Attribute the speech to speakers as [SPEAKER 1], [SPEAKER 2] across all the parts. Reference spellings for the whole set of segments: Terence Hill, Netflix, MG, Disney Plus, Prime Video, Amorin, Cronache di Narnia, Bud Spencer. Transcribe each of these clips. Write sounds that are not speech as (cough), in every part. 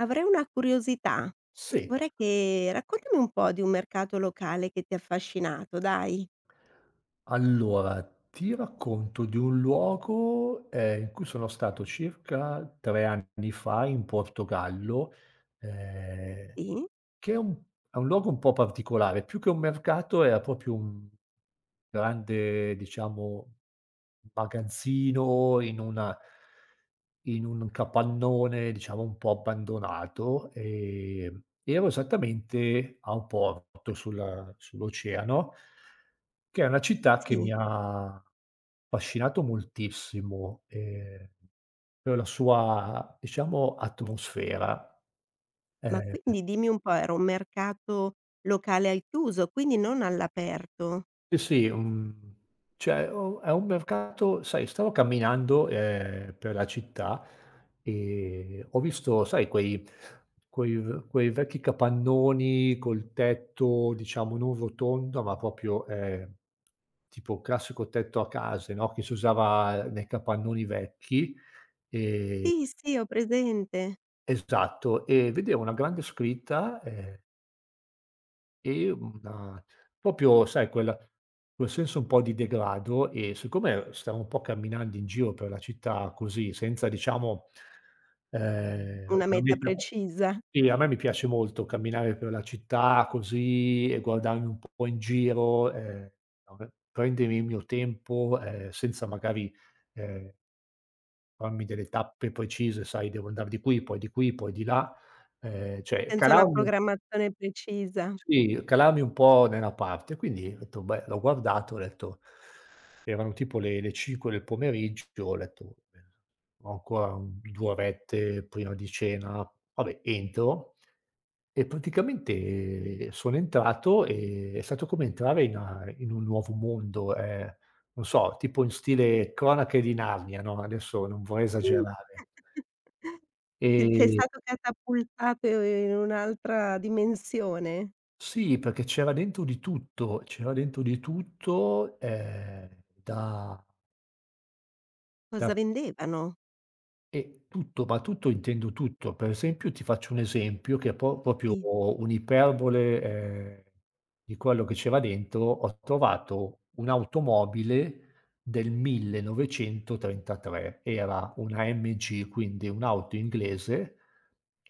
[SPEAKER 1] Avrei una curiosità.
[SPEAKER 2] Sì,
[SPEAKER 1] Vorrei che raccontami un po' di un mercato locale che ti ha affascinato, dai.
[SPEAKER 2] allora ti racconto di un luogo, in cui sono stato circa 3 anni fa in Portogallo. ehm
[SPEAKER 1] Sì?
[SPEAKER 2] Che è un luogo un po' particolare. Più che un mercato era proprio un grande, diciamo, magazzino in una in un capannone, diciamo, un po' abbandonato. Ero esattamente a un porto sulla sull'oceano, che è una città che mi
[SPEAKER 1] Sì.
[SPEAKER 2] ha affascinato moltissimo, per la sua, diciamo, atmosfera.
[SPEAKER 1] Ma
[SPEAKER 2] Ehm
[SPEAKER 1] quindi dimmi un po', era un mercato locale al chiuso, quindi non all'aperto?
[SPEAKER 2] Sì, sì, mhmm, cioè o è un mercato, sai. Stavo camminando, per la città, e ho visto, sai, quei vecchi capannoni col tetto, diciamo, non rotondo, ma proprio, tipo classico tetto a case, no, che si usava nei capannoni vecchi.
[SPEAKER 1] Sì, sì, ho presente.
[SPEAKER 2] Esatto, e vedevo una grande scritta, E una proprio sai quel senso un po' di degrado. E siccome stavo un po' camminando in giro per la città così, senza, diciamo,
[SPEAKER 1] Una
[SPEAKER 2] una
[SPEAKER 1] meta
[SPEAKER 2] meta,
[SPEAKER 1] precisa,
[SPEAKER 2] sì. A me mi piace molto camminare per la città così e guardarmi un po' in giro, (unintelligible) vabbè, prendermi il mio tempo, senza magari, ehm, farmi delle tappe precise, sai: "Devo andar di qui, poi di qui, poi di là". Cioè,
[SPEAKER 1] senza una
[SPEAKER 2] calarmi,
[SPEAKER 1] programmazione precisa.
[SPEAKER 2] sì, calarmi un po' nella parte. Quindi ho detto: "Beh", l'ho guardato, ho detto, erano tipo le 5 del pomeriggio. Ho detto: "Beh, ho ancora un 2 orette prima di cena". Vabbè, entro, e praticamente sono entrato, e è stato come entrare in un nuovo mondo, non so, tipo in stile Cronache di Narnia, no, adesso non vorrei
[SPEAKER 1] Sì.
[SPEAKER 2] esagerare.
[SPEAKER 1] Ti sei
[SPEAKER 2] Ehm
[SPEAKER 1] stato catapultato in un'altra dimensione.
[SPEAKER 2] Sì, perché c'era dentro di tutto, c'era dentro di tutto, da da
[SPEAKER 1] Cosa vendevano?
[SPEAKER 2] e tutto, ma tutto intendo tutto. Per esempio, ti faccio un esempio che è po proprio
[SPEAKER 1] Sì.
[SPEAKER 2] un'iperbole, di quello che c'era dentro: ho trovato un'automobile del 1933, era una MG, quindi un'auto inglese.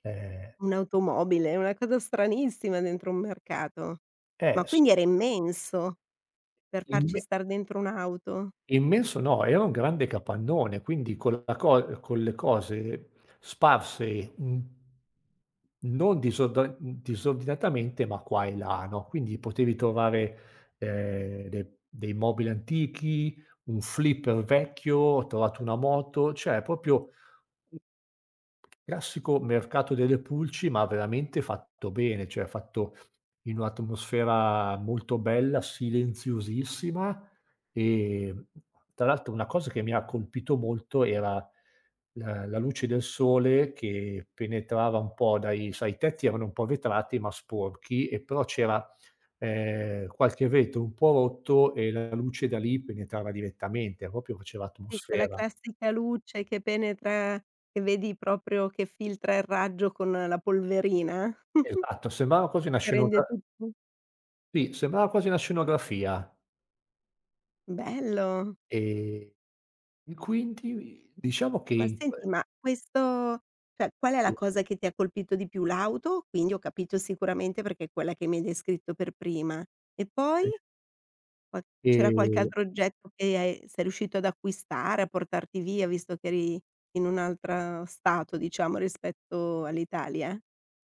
[SPEAKER 2] Ehm
[SPEAKER 1] Un'automobile, una cosa stranissima dentro un mercato.
[SPEAKER 2] è
[SPEAKER 1] Ma
[SPEAKER 2] s
[SPEAKER 1] quindi era immenso per
[SPEAKER 2] il me
[SPEAKER 1] farci star dentro un'auto?
[SPEAKER 2] Immenso no, era un grande capannone, quindi con la co con le cose sparse, non disordinatamente, ma qua e là, no. Quindi potevi trovare, de dei mobili antichi, un flipper vecchio, ho trovato una moto, cioè proprio classico mercato delle pulci, ma veramente fatto bene, cioè fatto in un'atmosfera molto bella, silenziosissima. ehm, Tra l'altro una cosa che mi ha colpito molto era la luce del sole che penetrava un po' dai sai, i tetti erano un po' vetrati ma sporchi, e però c'era, qualche vetro un po' rotto, e la luce da lì penetrava direttamente, proprio faceva
[SPEAKER 1] Sì, quella
[SPEAKER 2] atmosfera.
[SPEAKER 1] classica luce che penetra che vedi proprio che filtra il raggio con la polverina, (laughs)
[SPEAKER 2] Esatto, sembrava quasi una
[SPEAKER 1] che
[SPEAKER 2] scenogra
[SPEAKER 1] rende tutto
[SPEAKER 2] sì, sembrava quasi una scenografia,
[SPEAKER 1] bello.
[SPEAKER 2] ehm, e quindi diciamo che
[SPEAKER 1] Ma
[SPEAKER 2] in que
[SPEAKER 1] senti, ma questo cioè, qual è la
[SPEAKER 2] sì,
[SPEAKER 1] cosa che ti ha colpito di più? L'auto? Quindi ho capito sicuramente perché è quella che mi hai descritto per prima. E poi?
[SPEAKER 2] sì,
[SPEAKER 1] Ma c'era qualche
[SPEAKER 2] ehm
[SPEAKER 1] altro oggetto che hai sei riuscito ad acquistare, a portarti via, visto che eri in un altra stato, diciamo, rispetto all'Italia?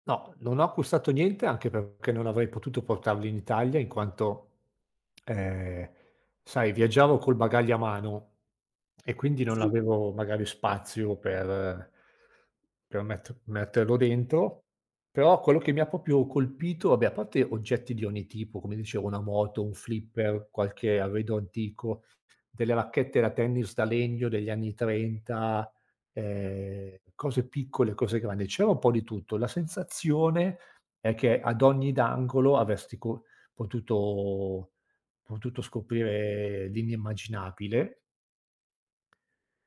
[SPEAKER 2] no, non ho acquistato niente, anche perché non avrei potuto portarli in Italia, in quanto, ehm, sai, viaggiavo col bagaglio a mano, e quindi non
[SPEAKER 1] Sì.
[SPEAKER 2] avevo magari spazio per metterlo dentro. Però quello che mi ha proprio colpito, vabbè, a parte oggetti di ogni tipo, come dicevo, una moto, un flipper, qualche arredo antico, delle racchette da tennis da legno degli anni '30, cose piccole, cose grandi, c'era un po' di tutto. La sensazione è che ad ogni d'angolo avresti co potuto potuto scoprire l'inimmaginabile.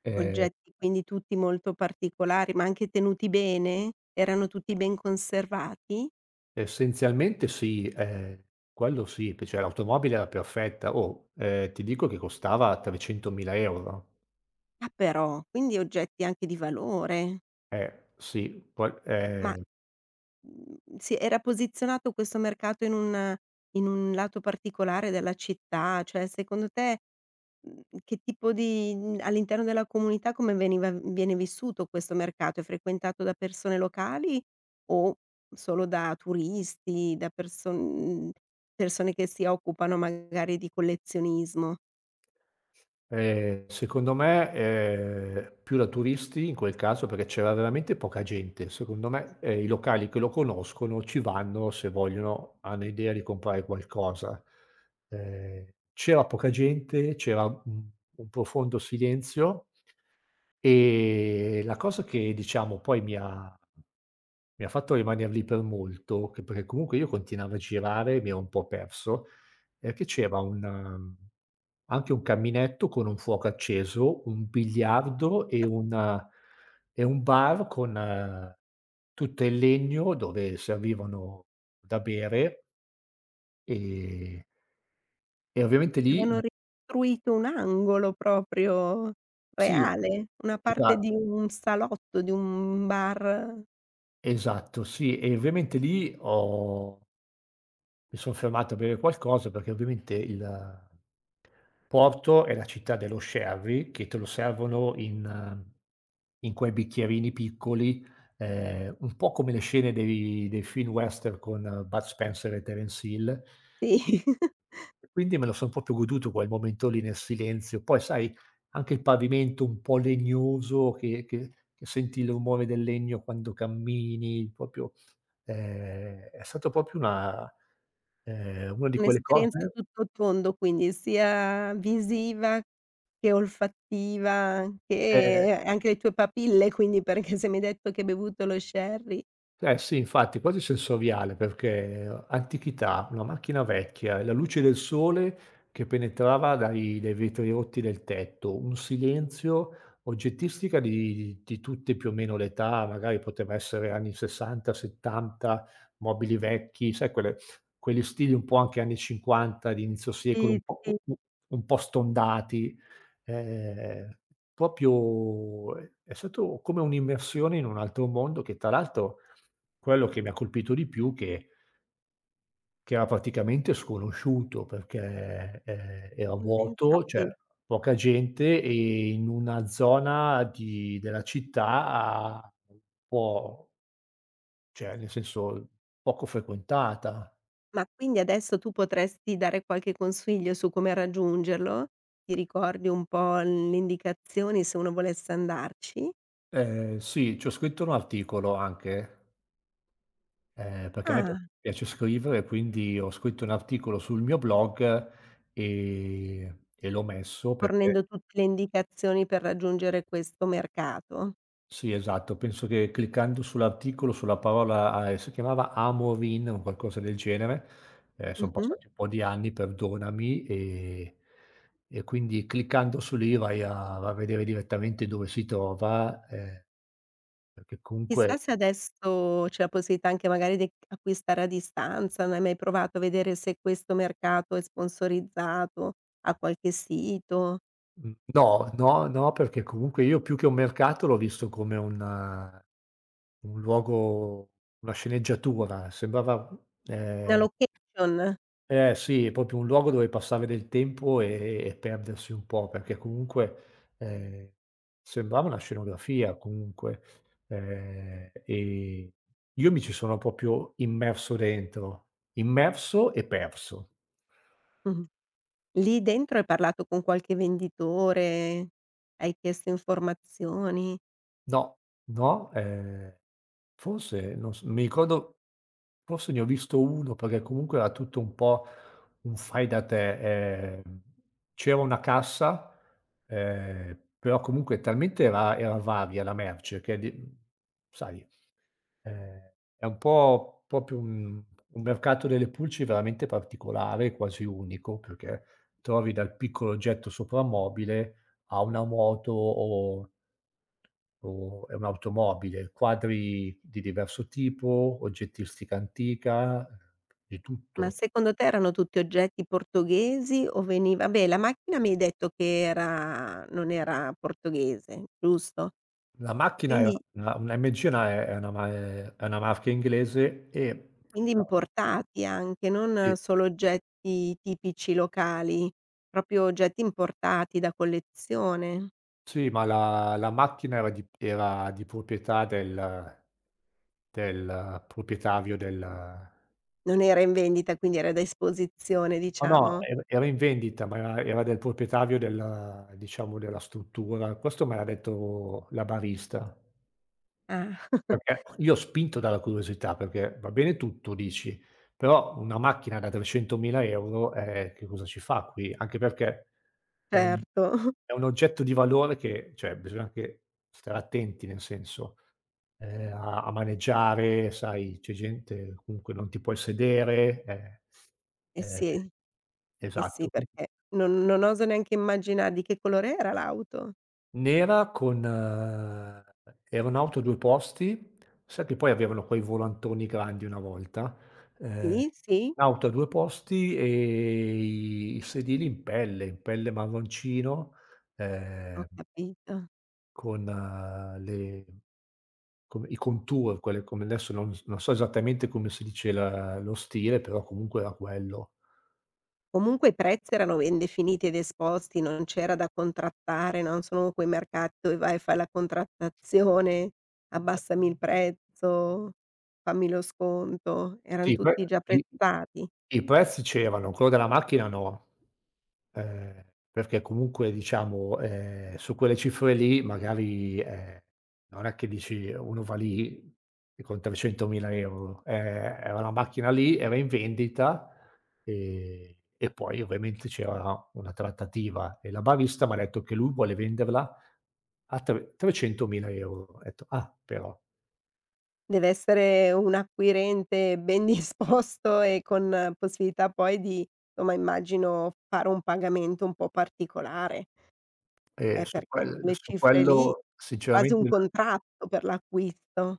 [SPEAKER 2] Ehm,
[SPEAKER 1] Oggetti quindi tutti molto particolari, ma anche tenuti bene? Erano tutti ben conservati?
[SPEAKER 2] essenzialmente sì, quello sì, p cioè l'automobile era perfetta. Oh, ti dico che costava 300.000 €.
[SPEAKER 1] Ah però, quindi oggetti anche di valore.
[SPEAKER 2] Sì, poi
[SPEAKER 1] Ma, si era posizionato questo mercato in un lato particolare della città? Cioè, secondo te, che tipo di mhmm, all'interno della comunità come veniva viene vissuto questo mercato? È frequentato da persone locali o solo da turisti, da persone che si occupano magari di collezionismo?
[SPEAKER 2] Secondo me, più da turisti in quel caso, perché c'era veramente poca gente. Secondo me, i locali che lo conoscono ci vanno se vogliono hanno idea di comprare qualcosa. Ehm, c'era poca gente, c'era un profondo silenzio, e la cosa che, diciamo, poi mi ha fatto rimaner lì per molto, che perché comunque io continuavo a girare, mi ero un po' perso, è che c'era un anche un caminetto con un fuoco acceso, un biliardo, e una e un bar con, tutto in legno, dove servivano da bere. Ehm e ovviamente lì no
[SPEAKER 1] Avevano ricostruito un angolo proprio
[SPEAKER 2] Sì,
[SPEAKER 1] reale, una parte
[SPEAKER 2] esa
[SPEAKER 1] di un salotto, di un bar.
[SPEAKER 2] esatto, sì, e ovviamente lì ho mi son fermato a bere qualcosa, perché ovviamente il Porto è la città dello sherry, che te lo servono in quei bicchierini piccoli, un po' come le scene dei film western con Bud Spencer e Terence Hill.
[SPEAKER 1] Sì. (laughs)
[SPEAKER 2] E quindi me lo son proprio goduto quel momento lì nel silenzio. Poi sai, anche il pavimento un po' legnoso che senti il rumore del legno quando cammini, proprio. È stato proprio una di quelle
[SPEAKER 1] Un'esperienza a
[SPEAKER 2] cose.
[SPEAKER 1] tutto tondo, quindi sia visiva che olfattiva,
[SPEAKER 2] ehm
[SPEAKER 1] che anche le tue papille, quindi perché se mi hai detto che hai bevuto lo sherry.
[SPEAKER 2] Eh sì, infatti, quasi sensoriale, perché antichità, una macchina vecchia, la luce del sole che penetrava dai vetri rotti del tetto, un silenzio, oggettistica di tutte più o meno l'età, magari poteva essere anni 60, 70, mobili vecchi, sai, quelle quegli stili un po' anche anni 50 di inizio secolo,
[SPEAKER 1] Sì, sì.
[SPEAKER 2] un po' stondati, ehm, proprio è stato come un'immersione in un altro mondo, che tra l'altro quello che mi ha colpito di più che era praticamente sconosciuto, perché, era
[SPEAKER 1] Ma
[SPEAKER 2] vuoto, cioè
[SPEAKER 1] infatti.
[SPEAKER 2] poca gente, e in una zona di della città un po', cioè nel senso, poco frequentata.
[SPEAKER 1] Ma quindi adesso tu potresti dare qualche consiglio su come raggiungerlo? Ti ricordi un po' le indicazioni se uno volesse andarci?
[SPEAKER 2] Sì, ci ho scritto un articolo anche, perché a me
[SPEAKER 1] Ah,
[SPEAKER 2] piace scrivere, quindi ho scritto un articolo sul mio blog, e l'ho messo perché
[SPEAKER 1] fornendo tutte le indicazioni per raggiungere questo mercato.
[SPEAKER 2] sì, esatto. Penso che cliccando sull'articolo, sulla parola a si chiamava Amorin o qualcosa del genere, son
[SPEAKER 1] Mh-mh.
[SPEAKER 2] passati un po' di anni, perdonami, e quindi cliccando su lì vai a va a vedere direttamente dove si trova, perché
[SPEAKER 1] Chissà
[SPEAKER 2] comunque
[SPEAKER 1] se adesso c'è la possibilità anche magari di acquistare a distanza, non hai mai provato a vedere se questo mercato è sponsorizzato, ha qualche sito,
[SPEAKER 2] mhmm, no, no, no, perché comunque io più che un mercato l'ho visto come un luogo, una sceneggiatura, sembrava,
[SPEAKER 1] una
[SPEAKER 2] ehm
[SPEAKER 1] location?
[SPEAKER 2] eh sì, è proprio un luogo dove passare del tempo, e perdersi un po', perché comunque, sembrava una scenografia comunque, e io mi ci sono proprio immerso dentro, immerso e perso.
[SPEAKER 1] Mh-mh. Lì dentro hai parlato con qualche venditore, hai chiesto informazioni,
[SPEAKER 2] No, no, forse non s mi ricordo, forse ne ho visto 1, perché comunque era tutto un po' un fai da te. C'era una cassa, però comunque talmente era varia la merce, che di, sai, è un po' proprio un mercato delle pulci veramente particolare, quasi unico, perché trovi dal piccolo oggetto soprammobile a una moto o è un'automobile, quadri di diverso tipo, oggettistica antica, di
[SPEAKER 1] ma
[SPEAKER 2] tutto.
[SPEAKER 1] secondo te erano tutti oggetti portoghesi o veniva beh, la macchina mi hai detto che era non era portoghese, giusto?
[SPEAKER 2] La macchina è
[SPEAKER 1] Quindi
[SPEAKER 2] una MG, è una è una marca inglese. E
[SPEAKER 1] Quindi
[SPEAKER 2] la
[SPEAKER 1] importati anche,
[SPEAKER 2] Sì,
[SPEAKER 1] non solo oggetti tipici locali, proprio oggetti importati da collezione.
[SPEAKER 2] sì, ma la la macchina era di proprietà del proprietario del
[SPEAKER 1] Non era in vendita, quindi era da esposizione
[SPEAKER 2] no, no,
[SPEAKER 1] diciamo.
[SPEAKER 2] era in vendita, ma era era del proprietario del diciamo, della struttura. Questo me l'ha detto la barista.
[SPEAKER 1] Ah, (laughs)
[SPEAKER 2] Perché io, spinto dalla curiosità, perché va bene tutto, dici, però una macchina da 300.000 €, che cosa ci fa qui? Anche perché è un
[SPEAKER 1] certo.
[SPEAKER 2] è un oggetto di valore che, cioè, bisogna anche stare attenti, nel senso, a maneggiare, sai, c'è gente, comunque non ti puoi sedere,
[SPEAKER 1] Eh
[SPEAKER 2] ehm
[SPEAKER 1] sì, eh sì,
[SPEAKER 2] esatto, qui.
[SPEAKER 1] perché non oso neanche immaginare di che colore era l'auto?
[SPEAKER 2] Nera, con, era un'auto a 2 posti, sai che poi avevano quei volantoni grandi una volta, ehm,
[SPEAKER 1] Sì, sì?
[SPEAKER 2] un'auto a 2 posti, e i sedili in pelle marroncino, ehm,
[SPEAKER 1] Ho capito.
[SPEAKER 2] con le come i contour, quelle come adesso, non so esattamente come si dice la lo stile, però comunque era quello.
[SPEAKER 1] Comunque i prezzi erano ben definiti ed esposti, non c'era da contrattare, non sono quei mercati dove vai e fai la contrattazione, abbassami il prezzo, fammi lo sconto, eran
[SPEAKER 2] Sì, poi
[SPEAKER 1] tutti già
[SPEAKER 2] i
[SPEAKER 1] prezzati.
[SPEAKER 2] i prezzi c'erano, quello della macchina no. Ehm, perché comunque, diciamo, su quelle cifre lì, magari, non è che dici uno va lì e con 300.000 €, era una macchina lì, era in vendita, e poi ovviamente c'era una trattativa, e la barista m'ha detto che lui vuole venderla a tre 300.000 €. Ho detto: "Ah però".
[SPEAKER 1] Deve essere un acquirente ben (laughs) disposto e con possibilità poi di, somma, immagino, fare un pagamento un po' particolare, perché quelle
[SPEAKER 2] Su
[SPEAKER 1] cifre lì,
[SPEAKER 2] quello,
[SPEAKER 1] quasi un
[SPEAKER 2] sinceramente,
[SPEAKER 1] contratto per l'acquisto.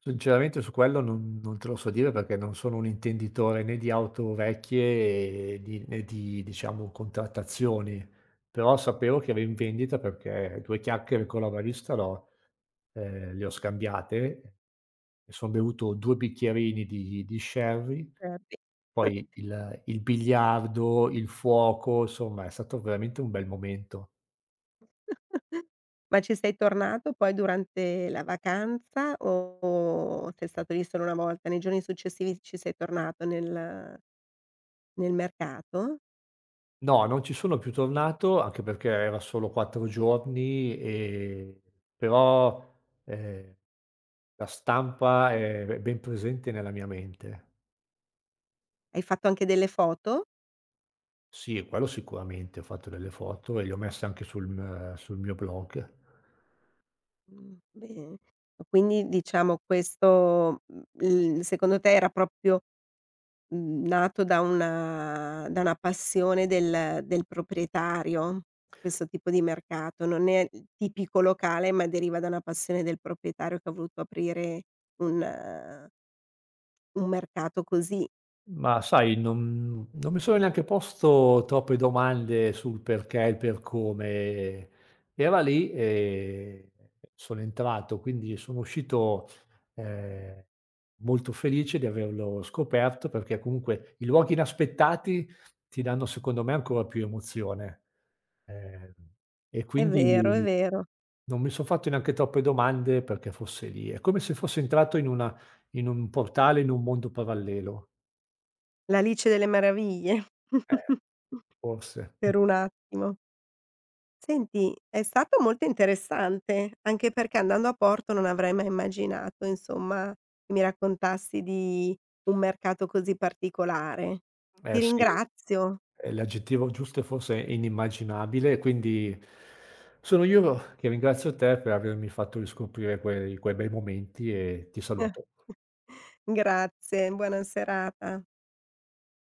[SPEAKER 2] Su quello non te lo so dire, perché non sono un intenditore né di auto vecchie e di né di, diciamo, contrattazioni. Però sapevo che era in vendita perché 2 chiacchiere con la barista l'ho le ho scambiate, e son bevuto 2 bicchierini di sherry.
[SPEAKER 1] Cer Sì.
[SPEAKER 2] Poi il biliardo, il fuoco, insomma è stato veramente un bel momento.
[SPEAKER 1] (laughs) Ma ci sei tornato poi durante la vacanza o sei stato lì solo una volta? Nei giorni successivi ci sei tornato nel mercato?
[SPEAKER 2] No, non ci sono più tornato, anche perché era solo 4 giorni, però, ehm, la stampa è ben presente nella mia mente.
[SPEAKER 1] Hai fatto anche delle foto?
[SPEAKER 2] Sì, quello sicuramente, ho fatto delle foto e le ho messe anche sul sul mio blog.
[SPEAKER 1] Bene. Quindi diciamo questo, il secondo te era proprio, nato da una passione del proprietario, questo tipo di mercato? Non è il tipico locale, ma deriva da una passione del proprietario che ha voluto aprire un Un mercato così.
[SPEAKER 2] Ma sai, non mi sono neanche posto troppe domande sul perché e il per come. Era lì, e sono entrato, quindi sono uscito, ehm, molto felice di averlo scoperto, perché comunque i luoghi inaspettati ti danno, secondo me, ancora più emozione. Ehm, e
[SPEAKER 1] È vero, è
[SPEAKER 2] quindi
[SPEAKER 1] vero.
[SPEAKER 2] non mi son fatto neanche troppe domande perché fosse lì. È come se fossi entrato in una in un portale, in un mondo parallelo.
[SPEAKER 1] L'Alice delle Meraviglie
[SPEAKER 2] Eh.
[SPEAKER 1] (laughs)
[SPEAKER 2] Forse.
[SPEAKER 1] per un attimo. Senti, è stato molto interessante, anche perché andando a Porto non avrei mai immaginato, insomma, che mi raccontassi di un mercato così particolare.
[SPEAKER 2] Eh
[SPEAKER 1] Ti
[SPEAKER 2] sì,
[SPEAKER 1] ringrazio.
[SPEAKER 2] l'aggettivo giusto forse è, forse, inimmaginabile, e quindi sono io che ringrazio te per avermi fatto riscoprire quei bei momenti, e ti saluto.
[SPEAKER 1] (laughs) Grazie, buona serata.